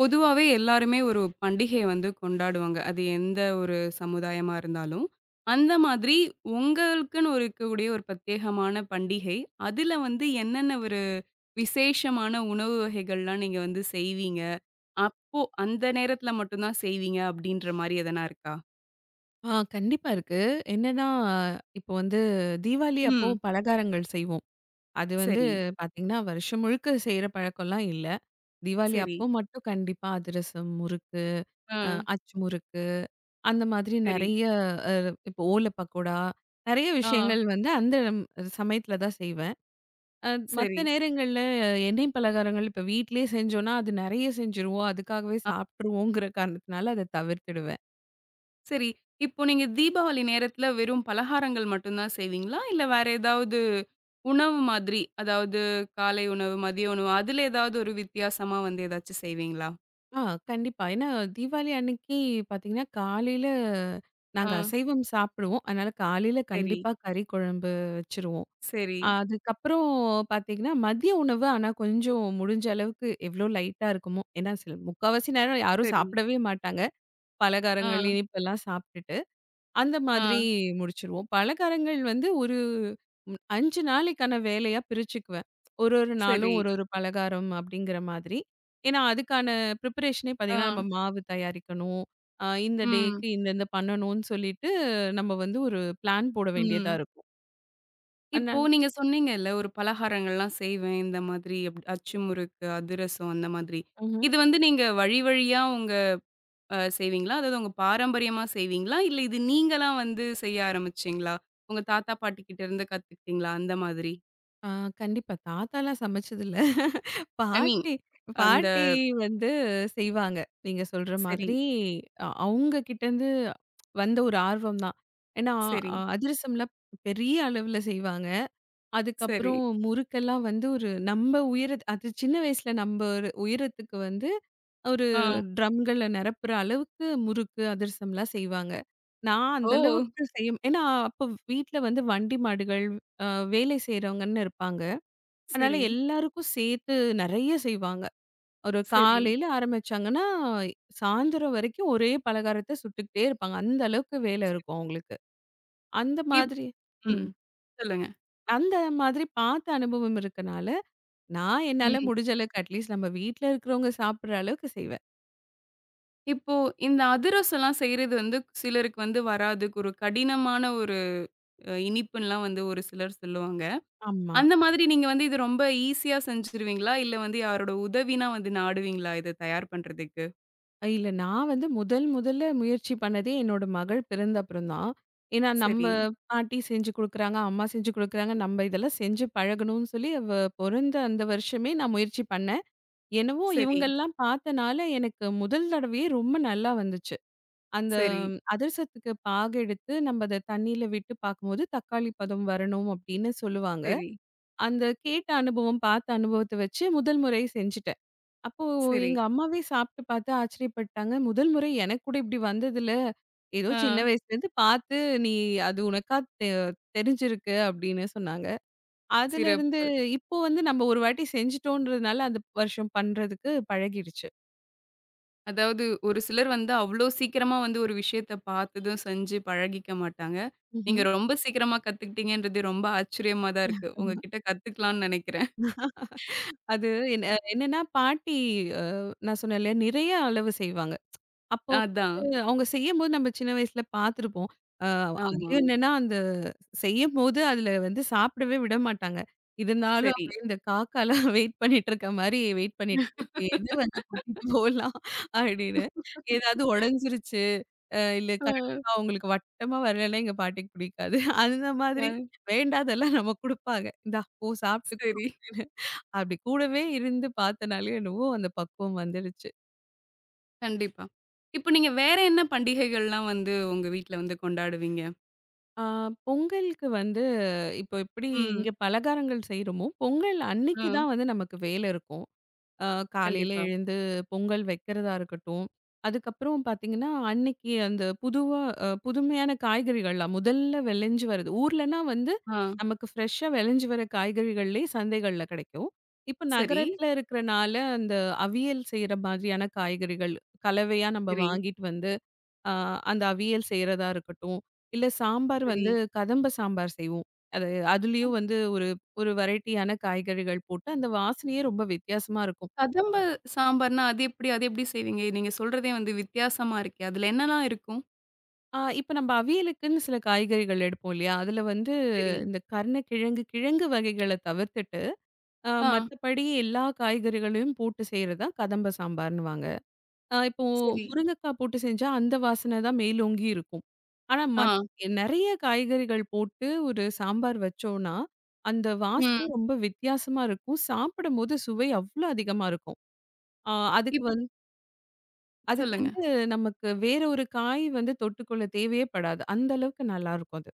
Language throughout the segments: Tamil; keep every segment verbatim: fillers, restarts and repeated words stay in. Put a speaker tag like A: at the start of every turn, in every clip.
A: பொதுவாவே எல்லாருமே ஒரு பண்டிகைய வந்து கொண்டாடுவாங்க. அது எந்த ஒரு சமுதாயமா இருந்தாலும். அந்த மாதிரி உங்களுக்குன்னு ஒரு இருக்கக்கூடிய ஒரு பிரத்யேகமான பண்டிகை, அதுல வந்து என்னென்ன ஒரு விசேஷமான உணவு வகைகள்லாம் நீங்க வந்து செய்வீங்க? அப்போ அந்த நேரத்துல மட்டும் தான் செய்வீங்க அப்படின்ற மாரி எதனா இருக்கா?
B: ஆ கண்டிப்பா இருக்கு. என்னன்னா, இப்போ வந்து தீபாவளி அப்போ
A: ம்.
B: பலகாரங்கள் செய்வோம். அது வந்து
A: சரி,
B: பார்த்தீங்கன்னா, வருஷம் முழுக்க செய்ற பழக்கம்லாம் இல்ல. தீபாவளி
A: சரி.
B: அப்போ மட்டும் கண்டிப்பா அதிரசம், முறுக்கு,
A: ஆ,
B: அ அச்சு முறுக்கு, அந்த மாதிரி
A: சரி.
B: நெறைய இப்போ ஓல பக்கோடா, நெறைய
A: ஆ,
B: விஷயங்கள் வந்து அந்த ம் சமயத்துல தான் செய்வேன். அ
A: சரி.
B: மத்த நேரங்கள்ல எண்ணெய் பலகாரங்கள் இப்போ வீட்லயே செஞ்சோன்னா, அது நெறைய செஞ்சுருவோம். அதுக்காகவே
A: ஆ,
B: சாப்ட்டுருவோங்கிற காரணத்தினால அத தவிர்த்துடுவேன்.
A: சரி. இப்போ நீங்க தீபாவளி நேரத்துல வெறும் பலகாரங்கள் மட்டும் தான் செய்வீங்களா? இல்ல வேற ஏதாவது உணவு மாதிரி. அதாவது காலை உணவு, மதிய உணவு அதுல ஏதாவது ஒரு வித்தியாசமா வந்து ஏதாச்சும் செய்வீங்களா?
B: ஆ கண்டிப்பா. ஏன்னா தீபாவளி அன்னைக்கு பார்த்தீங்கன்னா, காலையில
A: ஆ.
B: நாங்க அசைவம் சாப்பிடுவோம். அதனால காலையில
A: சரி,
B: கண்டிப்பா கறி குழம்பு வச்சுருவோம்.
A: சரி,
B: அதுக்கப்புறம் பார்த்தீங்கன்னா, மதிய உணவு ஆனா கொஞ்சம் முடிஞ்ச அளவுக்கு எவ்வளோ லைட்டா இருக்குமோ! ஏன்னா சில முக்காவாசி நேரம் யாரும்
A: சரி.
B: சாப்பிடவே மாட்டாங்க.
A: ஆ,
B: பலகாரங்கள், இனிப்பெல்லாம் சாப்பிட்டுட்டு. அந்த
A: ஆ.
B: மாதிரி முடிச்சுருவோம். பலகாரங்கள் வந்து ஒரு ம் ஐந்து நாளைக்கான வேலையா பிரிச்சுக்குவேன். ஒரு ஒரு நாளும்
A: சரி.
B: ஒரு ஒரு பலகாரம் அப்படிங்கிற மாதிரி. ஏன்னா, அதுக்கான ப்ரிப்பரேஷனே
A: ஆ.
B: பார்த்தீங்கன்னா, நம்ம மாவு தயாரிக்கணும். அ இந்த
A: ம்,
B: டேக்கு இந்த இந்த பண்ணணும்னு சொல்லிட்டு நம்ம வந்து ஒரு பிளான் போட வேண்டியதா
A: ம்.
B: இருக்கும்.
A: இப்போ
B: அதனால
A: நீங்க சொன்னீங்கல்ல, ஒரு பலகாரங்கள்லாம் செய்வேன் இந்த மாதிரி அப் அச்சு முறுக்கு, அதிரசம் அந்த மாதிரி.
B: ம்ஹ்ம்.
A: இது வந்து நீங்க வழி வழியா உங்க அ செய்வீங்களா? அதாவது உங்க பாரம்பரியமா செய்வீங்களா? இல்ல இது நீங்களா வந்து செய்ய ஆரம்பிச்சீங்களா? உங்க தாத்தா, பாட்டி கிட்ட இருந்து கத்துக்கிட்டீங்களா? அந்த மாதிரி.
B: ஆ கண்டிப்பா. தாத்தாலாம் சமைச்சதில்ல.
A: ஐ மீன்
B: பாட்டி
A: அந்த
B: பாட்டி வந்து செய்வாங்க. நீங்க சொல்ற
A: சரி,
B: மாதிரி அ அவுங்க கிட்டேருந்து வந்த ஒரு ஆர்வம் தான். ஏன்னா,
A: சரி.
B: அ அதிரசம்லாம் பெரிய அளவுல செய்வாங்க.
A: சரி.
B: அதுக்கப்புறம் முறுக்கெல்லாம் வந்து ஒரு நம்ப உயரத் அது சின்ன வயசுல நம்ப ஒரு உயரத்துக்கு வந்து ஒரு
A: ஆ.
B: ட்ரம்கள்ல நிரப்புற அளவுக்கு முறுக்கு, அதிரசம்லாம் செய்வாங்க. நான் அந்த
A: ஓ!
B: அளவுக்கு செய்ய ஏன்னா, அப்போ வீட்ல வந்து வண்டி மாடுகள், அ வேலை செய்றவங்கன்னு இருப்பாங்க. அதனால
A: சரி,
B: எல்லாருக்கும் சேர்த்து நெறைய செய்வாங்க. ஒரு
A: சரி.
B: காலையில ஆரம்பிச்சாங்கன்னா, சாயந்தரம் வரைக்கும் ஒரே பலகாரத்த சுட்டுக்கிட்டே இருப்பாங்க. அந்த அளவுக்கு வேலை இருக்கும் அவங்களுக்கு. அந்த
A: இப்
B: மாதிரி
A: ம்.
B: ம்.
A: சொல்லுங்க.
B: அந்த மாதிரி பார்த்த அனுபவம் இருக்கனால, நான் என்னால
A: ம்.
B: முடிஞ்ச அளவுக்கு அட்லீஸ்ட் நம்ம வீட்ல இருக்கிறவங்க சாப்பிடுற அளவுக்கு செய்வேன்.
A: இப்போ இந்த அதிரசம்லாம் செய்றது வந்து சிலருக்கு வந்து வராது. ஒரு கடினமான ஒரு அ இனிப்புன்லாம் வந்து ஒரு சிலர் சொல்லுவாங்க.
B: ஆமா.
A: அந்த மாதிரி நீங்க வந்து இது ரொம்ப ஈஸியா செஞ்சுருவீங்களா? இல்ல வந்து யாரோட உதவினா வந்து நாடுவீங்களா? இத தயார் பண்றதுக்கு?
B: இல்ல நான் வந்து முதல் முதல்ல முயற்சி பண்ணதே என்னோட மகள் பிறந்த அப்புறம் தான். ஏன்னா நம்ம
A: சரி,
B: பாட்டி செஞ்சு குடுக்குறாங்க, அம்மா செஞ்சு குடுக்குறாங்க. நம்ம இதெல்லாம் செஞ்சு பழகணும்னு சொல்லி அவ பொறந்த அந்த வருஷமே நான் முயற்சி பண்ணேன். என்னவோ
A: சரி,
B: இவங்கெல்லாம் பார்த்தனால எனக்கு முதல் தடவையே ரொம்ப நல்லா வந்துச்சு. அந்த
A: சரி,
B: அதிரசத்துக்கு பாகு எடுத்து நம்ம அத தண்ணீல விட்டு பார்க்கும்போது, தக்காளி பதம் வரணும் அப்படின்னு சொல்லுவாங்க.
A: சரி,
B: அந்த கேட்ட அனுபவம், பார்த்த அனுபவத்த வச்சு முதல் முறை செஞ்சுட்டேன். அப்போ
A: சரி.
B: எங்க அம்மாவே சாப்பிட்டு பார்த்து ஆச்சரியப்பட்டாங்க. முதல் முறை எனக்கு கூட இப்படி வந்ததில்ல. ஏதோ
A: ஆ.
B: சின்ன வயசுலேருந்து பார்த்து நீ அது உனக்கா தெ தெரிஞ்சிருக்கு அப்படின்னு சொன்னாங்க. அதுலேருந்து
A: சிறப்பு.
B: இப்போ வந்து நம்ம ஒரு வாட்டி செஞ்சுட்டோன்றதுனால, அந்த வருஷம் பண்றதுக்கு பழகிடுச்சு.
A: அதாவது ஒரு சிலர் வந்து அவ்ளோ சீக்கிரமா வந்து ஒரு விஷயத்த பார்த்ததும் செஞ்சு பழகிக்க மாட்டாங்க.
B: ம்ஹ்ம்.
A: நீங்க ரொம்ப சீக்கிரமா கத்துக்கிட்டீங்கன்றது ரொம்ப ஆச்சரியமா தான் இருக்கு. உங்ககிட்ட கத்துக்கலாம்னு நெனைக்கிறேன்.
B: அது என்ன என்னன்னா பாட்டி அ நான் சொன்னேன் இல்லையா, நிறைய அளவு செய்வாங்க. அப்போ
A: அதான்.
B: வந்து அவங்க செய்யும்போது நம்ம சின்ன வயசுல பார்த்துருப்போம். அ
A: ஆமா.
B: அதுலயும் என்னன்னா, அந்த செய்யும்போது அதுல வந்து சாப்பிடவே விட மாட்டாங்க. இருந்தாலும்
A: சரி.
B: அப்படியே இந்த காக்காலாம் வெயிட் பண்ணிட்டு இருக்க மாரி வெயிட் பண்ணிட்டு இப்ப எது வந்து கொட்டிட்டு போலாம் அப்படின்னு. ஏதாவது உடைஞ்சிருச்சு, அ இல்ல
A: அ,
B: கரெக்ட்டா அவங்களுக்கு வட்டமா வரலன்னா எங்க பாட்டிக்கு பிடிக்காது. அந்த
A: அ,
B: மாதிரி வேண்டாதெல்லாம் நம்ம குடுப்பாங்க. இந்தா போ சாப்பிட்டுக்கோ
A: சரி.
B: அப்படின்னு. அப்படி கூடவே இருந்து பார்த்தனாலயோ என்னவோ அந்த பக்குவம் வந்துடுச்சு.
A: கண்டிப்பா. இப்ப நீங்க வேற என்ன பண்டிகைகள்லாம் வந்து உங்க வீட்ல வந்து கொண்டாடுவீங்க?
B: ஆ பொங்கலுக்கு வந்து இப்போ எப்படி இங்க
A: ம்.
B: பலகாரங்கள் செய்றோமோ, பொங்கல் அன்னைக்கு
A: ம்.
B: தான் வந்து நமக்கு வேலை இருக்கும். அ காலையில
A: கண்டிப்பா.
B: எழுந்து பொங்கல் வைக்கிறதா இருக்கட்டும், அதுக்கப்புறம் பார்த்தீங்கன்னா, அன்னைக்கு அந்த புதுவா அ புதுமையான காய்கறிகள்லாம் முதல்ல விளைஞ்சு வருது. ஊர்லனா வந்து
A: ஆ.
B: நமக்கு ஃப்ரெஷ்ஷா விளைஞ்சு வர காய்கறிகள்லே சந்தைகள்ல கிடைக்கும். இப்ப
A: சரி,
B: நகரத்துல இருக்கிறனால அந்த அவியல் செய்ற மாதிரியான காய்கறிகள் கலவையா நம்ம
A: சரி,
B: வாங்கிட்டு வந்து ஆ, அந்த அவியல் செய்றதா இருக்கட்டும். இல்ல சாம்பார்
A: சரி.
B: வந்து கதம்ப சாம்பார் செய்வோம். அது அதுலயும் வந்து ஒரு ஒரு வெரைட்டியான காய்கறிகள் போட்டு அந்த வாசனையே ரொம்ப வித்தியாசமா இருக்கும்.
A: கதம்ப சாம்பார்னா அது எப்படி அது எப்படி செய்வீங்க? நீங்க சொல்றதே வந்து வித்தியாசமா இருக்கே. அதுல என்னலாம் இருக்கும்?
B: ஆ இப்ப நம்ம அவியலுக்குன்னு சில காய்கறிகள் எடுப்போம் இல்லையா? அதுல வந்து
A: சரி.
B: இந்த கருணக்கிழங்கு, கிழங்கு வகைகள தவிர்த்துட்டு, அ
A: ஆ.
B: மத்தபடி எல்லா காய்கறிகளையும் போட்டு செய்றதுதான் கதம்ப சாம்பார்ன்னுவாங்க. அ இப்போ
A: சரி.
B: முருங்கக்காய் போட்டு செஞ்சா அந்த வாசனை தான் மேலோங்கி இருக்கும். ஆனா மத்
A: ஆ.
B: நெறைய காய்கறிகள் போட்டு ஒரு சாம்பார் வச்சோம்னா, அந்த
A: ம்.
B: வாசனை ரொம்ப வித்தியாசமா இருக்கும். சாப்பிடும்போது சுவை அவ்ளோ அதிகமா இருக்கும். அ அதுக்கு
A: இப்
B: வந்து அதுக்கு
A: சொல்லுங்க.
B: வந்து நமக்கு வேற ஒரு காய் வந்து தொட்டுக்கொள்ள தேவையே படாது. அந்த அளவுக்கு நல்லாருக்கும் அது.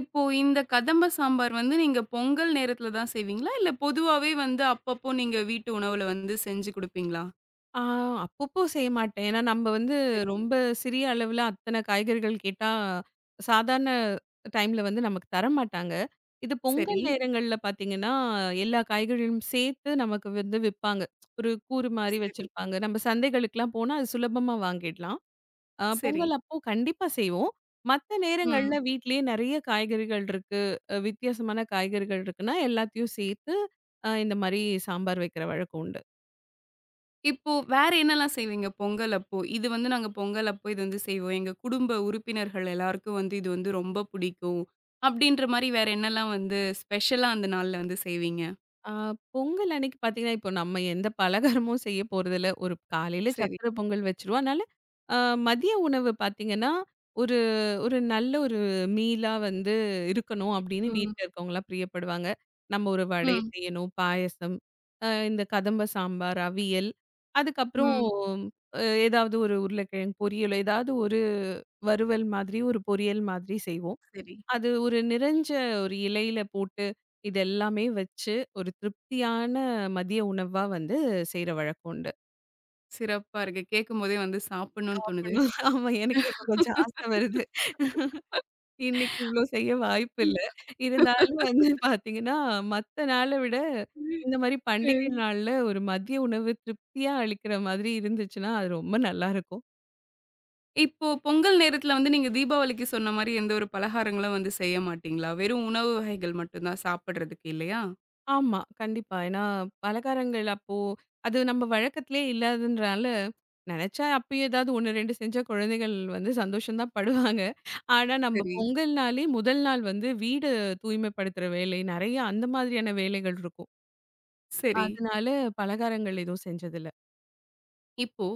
A: இப்போ இந்த கதம்ப சாம்பார் வந்து நீங்க பொங்கல் நேரத்துல தான் செய்வீங்களா? இல்ல பொதுவாவே வந்து அப்பப்போ நீங்க வீட்டு உணவுல வந்து செஞ்சு குடுப்பீங்களா?
B: ஆ அப்பப்போ செய்ய மாட்டேன். ஏன்னா நம்ம வந்து
A: சரி.
B: ரொம்ப சிறிய அளவுல அத்தன காய்கறிகள் கேட்டா, சாதாரண டைம்ல வந்து நமக்கு தரமாட்டாங்க. இது
A: சரி.
B: பொங்கல் நேரங்கள்ல பார்த்தீங்கன்னா, எல்லா காய்கறிகளும் சேர்த்து நமக்கு வந்து விப்பாங்க. ஒரு கூறு மாரி
A: சரி.
B: வச்சிருப்பாங்க. நம்ம சந்தைகளுக்குலாம் போனா அது சுலபமா வாங்கிடலாம். அ
A: சரி.
B: பொங்கல் அப்போ கண்டிப்பா செய்வோம். மத்த நேரங்கள்ல
A: ம்.
B: வீட்லயே நெறைய காய்கறிகள் இருக்கு. அ வித்தியாசமான காய்கறிகள் இருக்குன்னா, எல்லாத்தையும் சேர்த்து அ இந்த மாரி சாம்பார் வைக்கிற வழக்கம் உண்டு.
A: இப்போ வேற என்னலாம் செய்வீங்க பொங்கல் அப்போ? இது வந்து நாங்க பொங்கல் அப்போ இது வந்து செய்வோம். எங்க குடும்ப உறுப்பினர்கள் எல்லாருக்கும் வந்து இது வந்து ரொம்ப பிடிக்கும். அப்படின்ற மாரி வேற என்னலாம் வந்து ஸ்பெஷலா அந்த நாள்ல வந்து செய்வீங்க?
B: ஆ பொங்கல் அன்னைக்கு பார்த்தீங்கன்னா, இப்போ நம்ம எந்த பலகாரமும் செய்ய போறதில்ல. ஒரு காலையில
A: சரி.
B: சர்க்கரை பொங்கல் வச்சுருவோம். அதனால அ மதிய உணவு பார்த்தீங்கன்னா, ஒரு ஒரு நல்ல ஒரு மீலா வந்து இருக்கணும் அப்படின்னு
A: ம்.
B: வீட்ல இருக்கவங்கலாம் பிரியப்படுவாங்க. நம்ம ஒரு வடை
A: ம்.
B: செய்யணும், பாயாசம், அ இந்த கதம்ப சாம்பார், அவியல், அதுக்கப்புறம்
A: ம்.
B: அ ஏதாவது ஒரு உருளைக்கிழங்கு பொரியல், ஏதாவது ஒரு வறுவல் மாதிரி, ஒரு பொரியல் மாதிரி செய்வோம்.
A: சரி.
B: அது ஒரு நிறைஞ்ச ஒரு இலையில போட்டு, இது எல்லாமே வச்சு, ஒரு திருப்தியான மதிய உணவா வந்து செய்ற வழக்கம் உண்டு.
A: சிறப்பா இருக்கு. கேட்கும்போதே வந்து சாப்பிடணும்னு
B: சாப்பிடணும்.
A: தோணுது.
B: ஆமா. எனக்கே இப்ப கொஞ்சம் ஆசை வருது. இன்னைக்கு இவ்ளோ செய்ய வாய்ப்பில்ல. இருந்தாலும் வந்து பார்த்தீங்கன்னா, மத்த நாள விட இந்த மாரி பண்டிகை
A: ம்.
B: நாள்ல ஒரு மதிய உணவு திருப்தியா அளிக்கிற மாதிரி இருந்துச்சுன்னா, அது ரொம்ப நல்லாருக்கும்.
A: இப்போ பொங்கல் நேரத்துல வந்து நீங்க தீபாவளிக்கு சொன்ன மாரி எந்த ஒரு பலகாரங்களும் வந்து செய்ய மாட்டீங்களா? வெறும் உணவு வகைகள் மட்டும் தான் சாப்பிடுறதுக்கு இல்லையா?
B: ஆமா. கண்டிப்பா. ஏன்னா, பலகாரங்கள் அப்போ அது நம்ம வழக்கத்திலே இல்லாததுன்றனால, நெனச்சா அப்பயே ஏதாவது ஒன்று, ரெண்டு செஞ்சா குழந்தைகள் வந்து சந்தோஷம் தான் படுவாங்க. ஆனா நம்ம
A: சரி.
B: பொங்கல்னாலே முதல் நாள் வந்து வீடு தூய்மைப்படுத்துற வேலை, நெறைய அந்த மாதிரியான வேலைகள் இருக்கும்.
A: சரி.
B: அதனால பலகாரங்கள் எதுவும் செஞ்சதில்ல.
A: இப்போ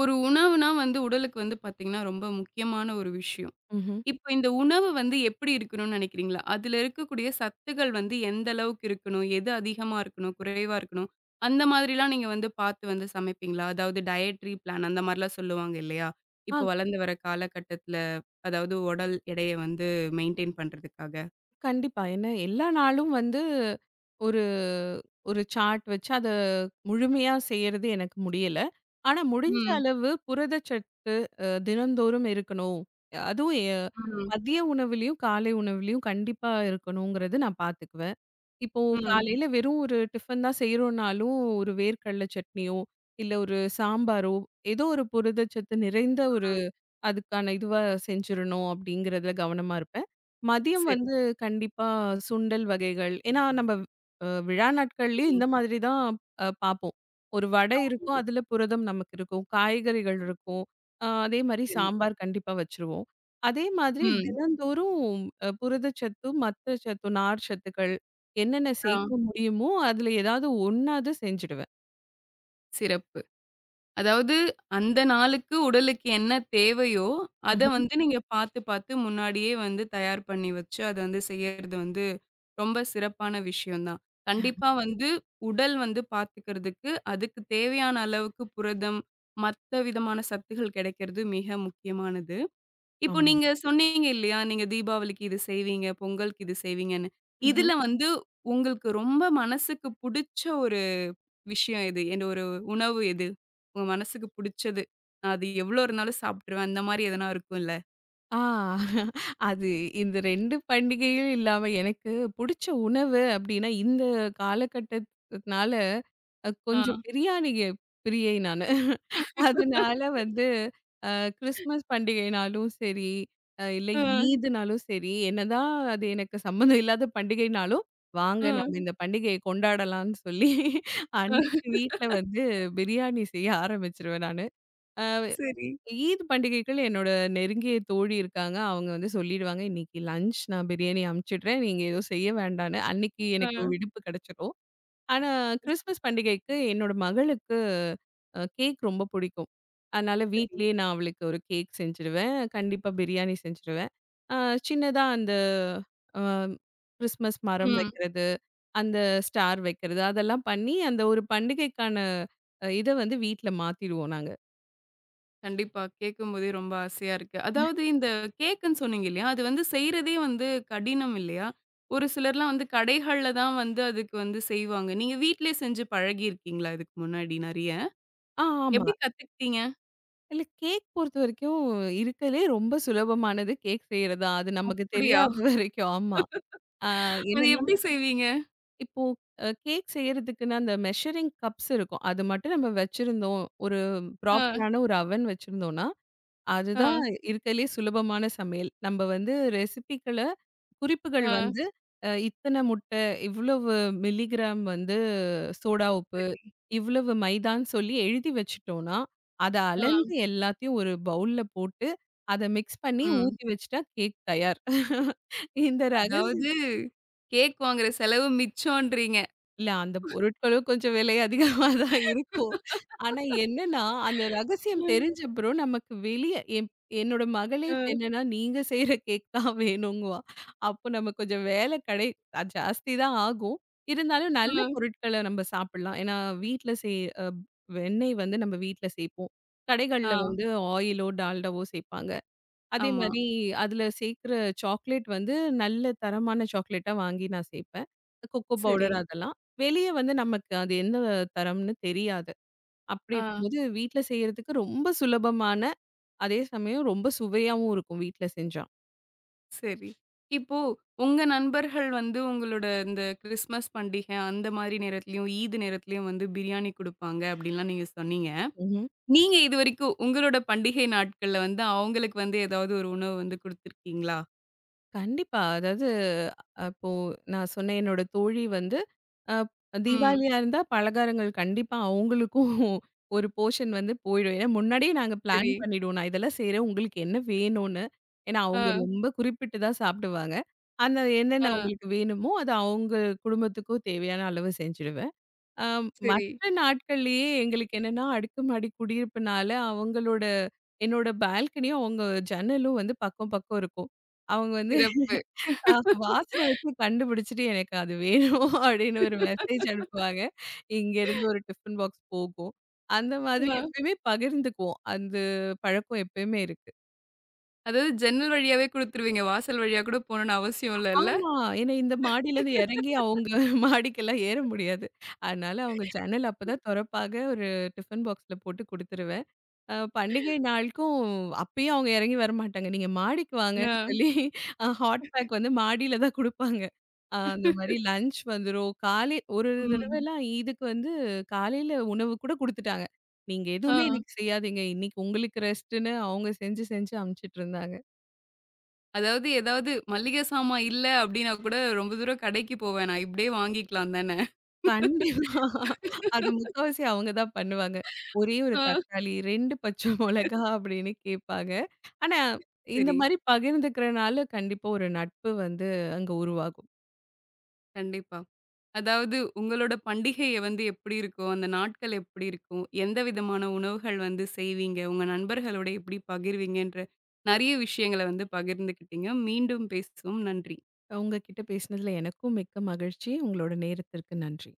A: ஒரு உணவுனா வந்து உடலுக்கு வந்து பார்த்தீங்கன்னா, ரொம்ப முக்கியமான ஒரு விஷயம்.
B: ம்ஹ்ம்.
A: இப்ப இந்த உணவு வந்து எப்படி இருக்கணும்னு நினைக்கிறீங்களா? அதுல இருக்கக்கூடிய சத்துக்கள் வந்து எந்த அளவுக்கு இருக்கணும்? எது அதிகமா இருக்கணும்? குறைவா இருக்கணும்? அந்த மாதிரிலாம் நீங்க வந்து பார்த்து வந்து சமைப்பீங்களா? அதாவது டயட்ரி பிளான் அந்த மாரிலாம் சொல்லுவாங்க இல்லையா?
B: ஆ
A: இப்போ வளர்ந்து வர காலகட்டத்தில அதாவது உடல் எடைய வந்து மெயின்டெயின் பண்றதுக்காக.
B: கண்டிப்பா. ஏன்னா எல்லா நாளும் வந்து ஒரு ஒரு சார்ட் வச்சு அத முழுமையா செய்யறது எனக்கு முடியல. ஆனா முடிஞ்ச
A: ம்.
B: அளவு புரதச்சத்து அ தினந்தோறும் இருக்கணும். அதுவும் எ
A: ம்.
B: மதிய உணவுலயும், காலை உணவுலயும் கண்டிப்பா இருக்கணுங்கிறது நான் பார்த்துக்குவேன். இப்போ
A: ம்.
B: காலையில வெறும் ஒரு டிஃபன் தான் செய்றோம்னாலும், ஒரு வேர்க்கடல சட்னியோ, இல்ல ஒரு சாம்பாரோ, ஏதோ ஒரு புரதச்சத்து நிறைந்த
A: ம்.
B: அதுக்கான இதுவா செஞ்சிரணும் அப்படிங்கிறதுல கவனமா இருப்பேன். மதியம்
A: சரி,
B: வந்து கண்டிப்பா சுண்டல் வகைகள். ஏன்னா நம்ம அ விழா நாட்கள்லயும்
A: சரி.
B: இந்த மாதிரி தான் அ பார்ப்போம். ஒரு வடை
A: ஆமா.
B: இருக்கும். அதுல புரதம் நமக்கு இருக்கும். காய்கறிகள் இருக்கும். அ அதே மாரி
A: சரி.
B: சாம்பார் கண்டிப்பா வச்சுருவோம். அதே மாதிரி
A: ம்.
B: தினந்தோறும் அ புரதச்சத்து, மத்த சத்து, நார் சத்துக்கள் என்னென்ன
A: ஆ.
B: சேர்க்க முடியுமோ, அதுல ஏதாவது ஒண்ணாவது செஞ்சுடுவேன்.
A: சிறப்பு. அதாவது அந்த நாளுக்கு உடலுக்கு என்ன தேவையோ, அத
B: ம்ஹ்ம்.
A: வந்து நீங்க பார்த்து, பார்த்து முன்னாடியே வந்து தயார் பண்ணி வச்சு, அத வந்து செய்யறது வந்து ரொம்ப சிறப்பான விஷயம் தான். கண்டிப்பா வந்து உடல் வந்து பார்த்துக்கிறதுக்கு, அதுக்கு தேவையான அளவுக்கு புரதம், மத்த விதமான சத்துகள் கிடைக்கிறது மிக முக்கியமானது. இப்போ
B: ஆமா.
A: நீங்க சொன்னீங்க இல்லையா? நீங்க தீபாவளிக்கு இது செய்வீங்க, பொங்கலுக்கு இது செய்வீங்கன்னு. இதுல வந்து உங்களுக்கு ரொம்ப மனசுக்கு புடிச்ச விஷயம் எது? எந்த ஒரு உணவு எது? உங்க மனசுக்கு புடிச்சது. நான் அது எவ்வளோ இருந்தாலும் சாப்பிட்டுருவேன். அந்த மாரி எதனா இருக்கும்ல?
B: ஆ அது இந்த ரெண்டு பண்டிகையும் இல்லாம எனக்கு புடிச்ச உணவு அப்டின்னா, இந்த காலகட்டத்துனால அ
A: ஆ,
B: கொஞ்சம் பிரியாணி பிரியை நானு. அதனால வந்து அ கிறிஸ்மஸ் பண்டிகைனாலும் சரி, அ இல்ல
A: ஆ,
B: ஈத்னாலும் சரி, என்னதான் அது எனக்கு சம்மந்தம் இல்லாத பண்டிகைனாலும், வாங்க
A: ஆ,
B: நம்ம இந்த பண்டிகைய கொண்டாடலாம்னு சொல்லி,
A: ஆ.
B: அன்னைக்கு வீட்ல வந்து பிரியாணி செய்ய ஆரம்பிச்சுருவேன் நானு. அ
A: சரி.
B: ஈத் பண்டிகைகள் என்னோட நெருங்கிய தோழி இருக்காங்க. அவங்க வந்து சொல்லிடுவாங்க, "இன்னைக்கு லஞ்ச் நான் பிரியாணி அனுப்பிச்சுடுறேன். நீங்க எதுவும் செய்ய வேண்டான்னு." அன்னைக்கு எனக்கு
A: ஆ.
B: விடுப்பு கிடைச்சிரும். ஆனா, கிறிஸ்மஸ் பண்டிகைக்கு என்னோட மகளுக்கு அ கேக் ரொம்ப பிடிக்கும். அதனால
A: சரி.
B: வீட்லயே நான் அவளுக்கு ஒரு கேக் செஞ்சுருவேன். கண்டிப்பா பிரியாணி செஞ்சுருவேன். அ சின்னதா அந்த அ கிறிஸ்மஸ் மரம்
A: ம்.
B: வைக்கிறது, அந்த ஸ்டார் வைக்கிறது அதெல்லாம் பண்ணி, அந்த ஒரு பண்டிகைக்கான அ இத வந்து வீட்ல மாத்திருவோம் நாங்க.
A: கண்டிப்பா. கேட்கும்போதே ரொம்ப ஆசையா இருக்கு. அதாவது இந்த கேக்குன்னு சொன்னீங்க இல்லையா? அது வந்து செய்றதே வந்து கடினம் இல்லையா? ஒரு சிலர்லாம் வந்து கடைகள்ல தான் வந்து அதுக்கு வந்து செய்வாங்க. நீங்க வீட்லயே செஞ்சு பழகியிருக்கீங்களா இதுக்கு முன்னாடி நெறைய?
B: ஆ ஆமா.
A: எப்படி கத்துக்கிட்டீங்க?
B: இல்ல கேக் பொறுத்தவரைக்கும் இருக்கறதுலயே ரொம்ப சுலபமானது கேக் செய்றது தான். அது நமக்கு
A: அப்படியா?
B: தெரியாத வரைக்கும். ஆமா. ஆ
A: அது
B: என்னன்னா,
A: எப்படி செய்வீங்க?
B: இப்போ அ கேக் செய்றதுக்குன்னு அந்த மெஷரிங் கப்ஸ் இருக்கும். அது மட்டும் நம்ம வச்சிருந்தோம். ஒரு
A: ஆ,
B: ப்ராப்பரான ஒரு அவன் வச்சிருந்தோம்னா, அதுதான்
A: ஆ,
B: இருக்கறதுலயே சுலபமான சமையல். நம்ம வந்து ரெசிபிகள குறிப்புகள்
A: ஆ.
B: வந்து அ இத்தன முட்டை, இவ்வளவு மில்லிகிராம் வந்து சோடா உப்பு,
A: சரி.
B: இவ்வளவு மைதான்னு சொல்லி எழுதி வச்சுட்டோம்னா, அத
A: ஆ.
B: அளந்து எல்லாத்தையும் ஒரு பவுல்ல போட்டு, அத மிக்ஸ் பண்ணி
A: ம்.
B: ஊத்தி வச்சுட்டா கேக் தயார். இந்த ரக
A: அதாவது கேக் வாங்குற செலவு மிச்சம்ன்றீங்க.
B: இல்ல அந்த பொருட்களும் கொஞ்சம் விலை அதிகமா தான் இருக்கும். ஆனா என்னன்னா, அந்த ரகசியம்
A: ம்.
B: தெரிஞ்சப்புறம் நமக்கு வெளிய என் என்னோட மகளே இப்ப
A: அ.
B: என்னன்னா, "நீங்க செய்ற கேக் தான் வேணுங்குவா." அப்போ நமக்கு கொஞ்சம் வேலை கடை ஜாஸ்தி தான் ஆகும். இருந்தாலும் நல்ல
A: ம்.
B: பொருட்கள நம்ம சாப்பிடலாம். ஏன்னா வீட்ல செய் அ வெண்ணெய் வந்து நம்ம வீட்ல சேர்ப்போம்.
A: ஆ.
B: கடைகள்ல வந்து ஆயிலோ, டால்டாவோ சேர்ப்பாங்க. அதே
A: ஆமா.
B: மாரி அதில சேர்க்கிற சாக்லேட் வந்து நல்ல தரமான சாக்லேட்டா வாங்கி நான் சேர்ப்பேன். கொக்கோ
A: சரி.
B: பவுடர் அதெல்லாம். வெளிய வந்து நமக்கு அது என்ன தரம்னு தெரியாது. அப்படி
A: ஆ.
B: இருக்கும்போது வீட்ல செய்றதுக்கு ரொம்ப சுலபமான, அதே சமயம் ரொம்ப சுவையாவும் இருக்கும் வீட்ல செஞ்சா.
A: சரி. இப்போ உங்க நண்பர்கள் வந்து உங்களோட இந்த கிறிஸ்மஸ் பண்டிகை அந்த மாரி நேரத்திலயும், ஈத் நேரத்திலயும் வந்து பிரியாணி குடுப்பாங்க அப்டின்லாம் நீங்க சொன்னீங்க. நீங்க இதுவரைக்கும் உங்களோட பண்டிகை நாட்கள்ல வந்து அவங்களுக்கு வந்து ஏதாவது ஒரு உணவு வந்து குடுத்துருக்கீங்களா?
B: கண்டிப்பா. அதாவது அப்போ நான் சொன்னேன் என்னோட தோழி வந்து அ ம்.
A: ம்.
B: தீபாவளியா இருந்தா பலகாரங்கள் கண்டிப்பா அவங்களுக்கும் ஒரு போர்ஷன் வந்து போயிடும். ஏன்னா முன்னாடியே நாங்க பிளான்
A: சரி.
B: பண்ணிடுவோம். நான் இதெல்லாம் செய்றேன். உங்களுக்கு என்ன வேணும்னு. ஏன்னா அவங்க
A: ஆ,
B: ரொம்ப குறிப்பிட்டு தான் சாப்பிடுவாங்க. அந்த என்னென்ன
A: ஆ.
B: அவங்களுக்கு வேணுமோ, அது அவங்க குடும்பத்துக்கும் தேவையான அளவு செஞ்சுடுவேன். அ
A: சரி.
B: மற்ற நாட்கள்லயே எங்களுக்கு என்னன்னா, அடுக்குமாடி குடியிருப்புனால அவங்களோட என்னோட பால்கனியும் அவங்க ஜன்னலும் வந்து பக்கம் பக்கம் இருக்கும். அவங்க வந்து
A: சிறப்பு.
B: ஆ வாசனை வச்சு கண்டுபிடிச்சுட்டு, "எனக்கு அது வேணும்" அப்படின்னு ஒரு மெசேஜ் அனுப்புவாங்க. இங்கேருந்து ஒரு டிஃபன் பாக்ஸ் போகும். அந்த மாதிரி
A: அ.
B: எப்பயுமே பகிர்ந்துக்குவோம். அந்த பழக்கம் எப்பயுமே இருக்கு.
A: அதாவது ஜன்னல் வழியாவே குடுத்துருவீங்க. வாசல் வழியா கூட போணும்னு அவசியம் இல்லல்ல?
B: ஆமா. ஏன்னா இந்த மாடியிலேருந்து இறங்கி அவங்க மாடிக்கெல்லாம் ஏற முடியாது. அதனால அவங்க ஜன்னல் அப்பதான் தொறப்பாக ஒரு டிஃபன் பாக்ஸ்ல போட்டு குடுத்துருவேன். அ பண்டிகை நாளுக்கும் அப்பயும் அவங்க எறங்கி வரமாட்டாங்க. நீங்க மாடிக்கு
A: ஆ.
B: வாங்கன்னு சொல்லி அ ஹாட் பேக் வந்து மாடியில தான் குடுப்பாங்க. அ அந்த மாரி லஞ்ச் வந்துரும். காலை ஒரு
A: ம்.
B: தடவலாம் ஈதுக்கு வந்து காலையில உணவு கூட குடுத்துட்டாங்க. நீங்க எதுவுமே ம்.
A: ஆ.
B: இன்னைக்கு செய்யாதீங்க. இன்னைக்கு உங்களுக்கு ரெஸ்ட்டுன்னு அவங்க செஞ்சு, செஞ்சு அனுப்பிச்சுட்டு இருந்தாங்க.
A: அதாவது ஏதாவது மளிகை சாமான் இல்ல அப்டின்னா கூட ரொம்ப தூரம் கடைக்கு போ வேணாம். இப்படியே வாங்கிக்கலாம் தானே.
B: கண்டிப்பா. அது முக்காவாசி அவங்க தான் பண்ணுவாங்க. ஒரே ஒரு
A: ஆ
B: தக்காளி, ரெண்டு பச்சை மொளகா அப்படின்னு கேட்பாங்க. ஆனா, இந்த
A: சரி.
B: மாரி பகிர்ந்துக்கிறனால கண்டிப்பா ஒரு நட்பு வந்து அங்க உருவாகும்.
A: கண்டிப்பா. அதாவது உங்களோட பண்டிகைய வந்து எப்படி இருக்கும்? அந்த நாட்கள் எப்படி இருக்கும்? எந்த விதமான உணவுகள் வந்து செய்வீங்க? உங்க நண்பர்களோட எப்படி பகிர்வீங்கன்ற நெறைய விஷயங்கள வந்து பகிர்ந்துக்கிட்டீங்க. மீண்டும் பேசுவோம். நன்றி.
B: உங்க கிட்ட பேசினதுல எனக்கும் மிக்க மகிழ்ச்சி. உங்களோட நேரத்திற்கு நன்றி.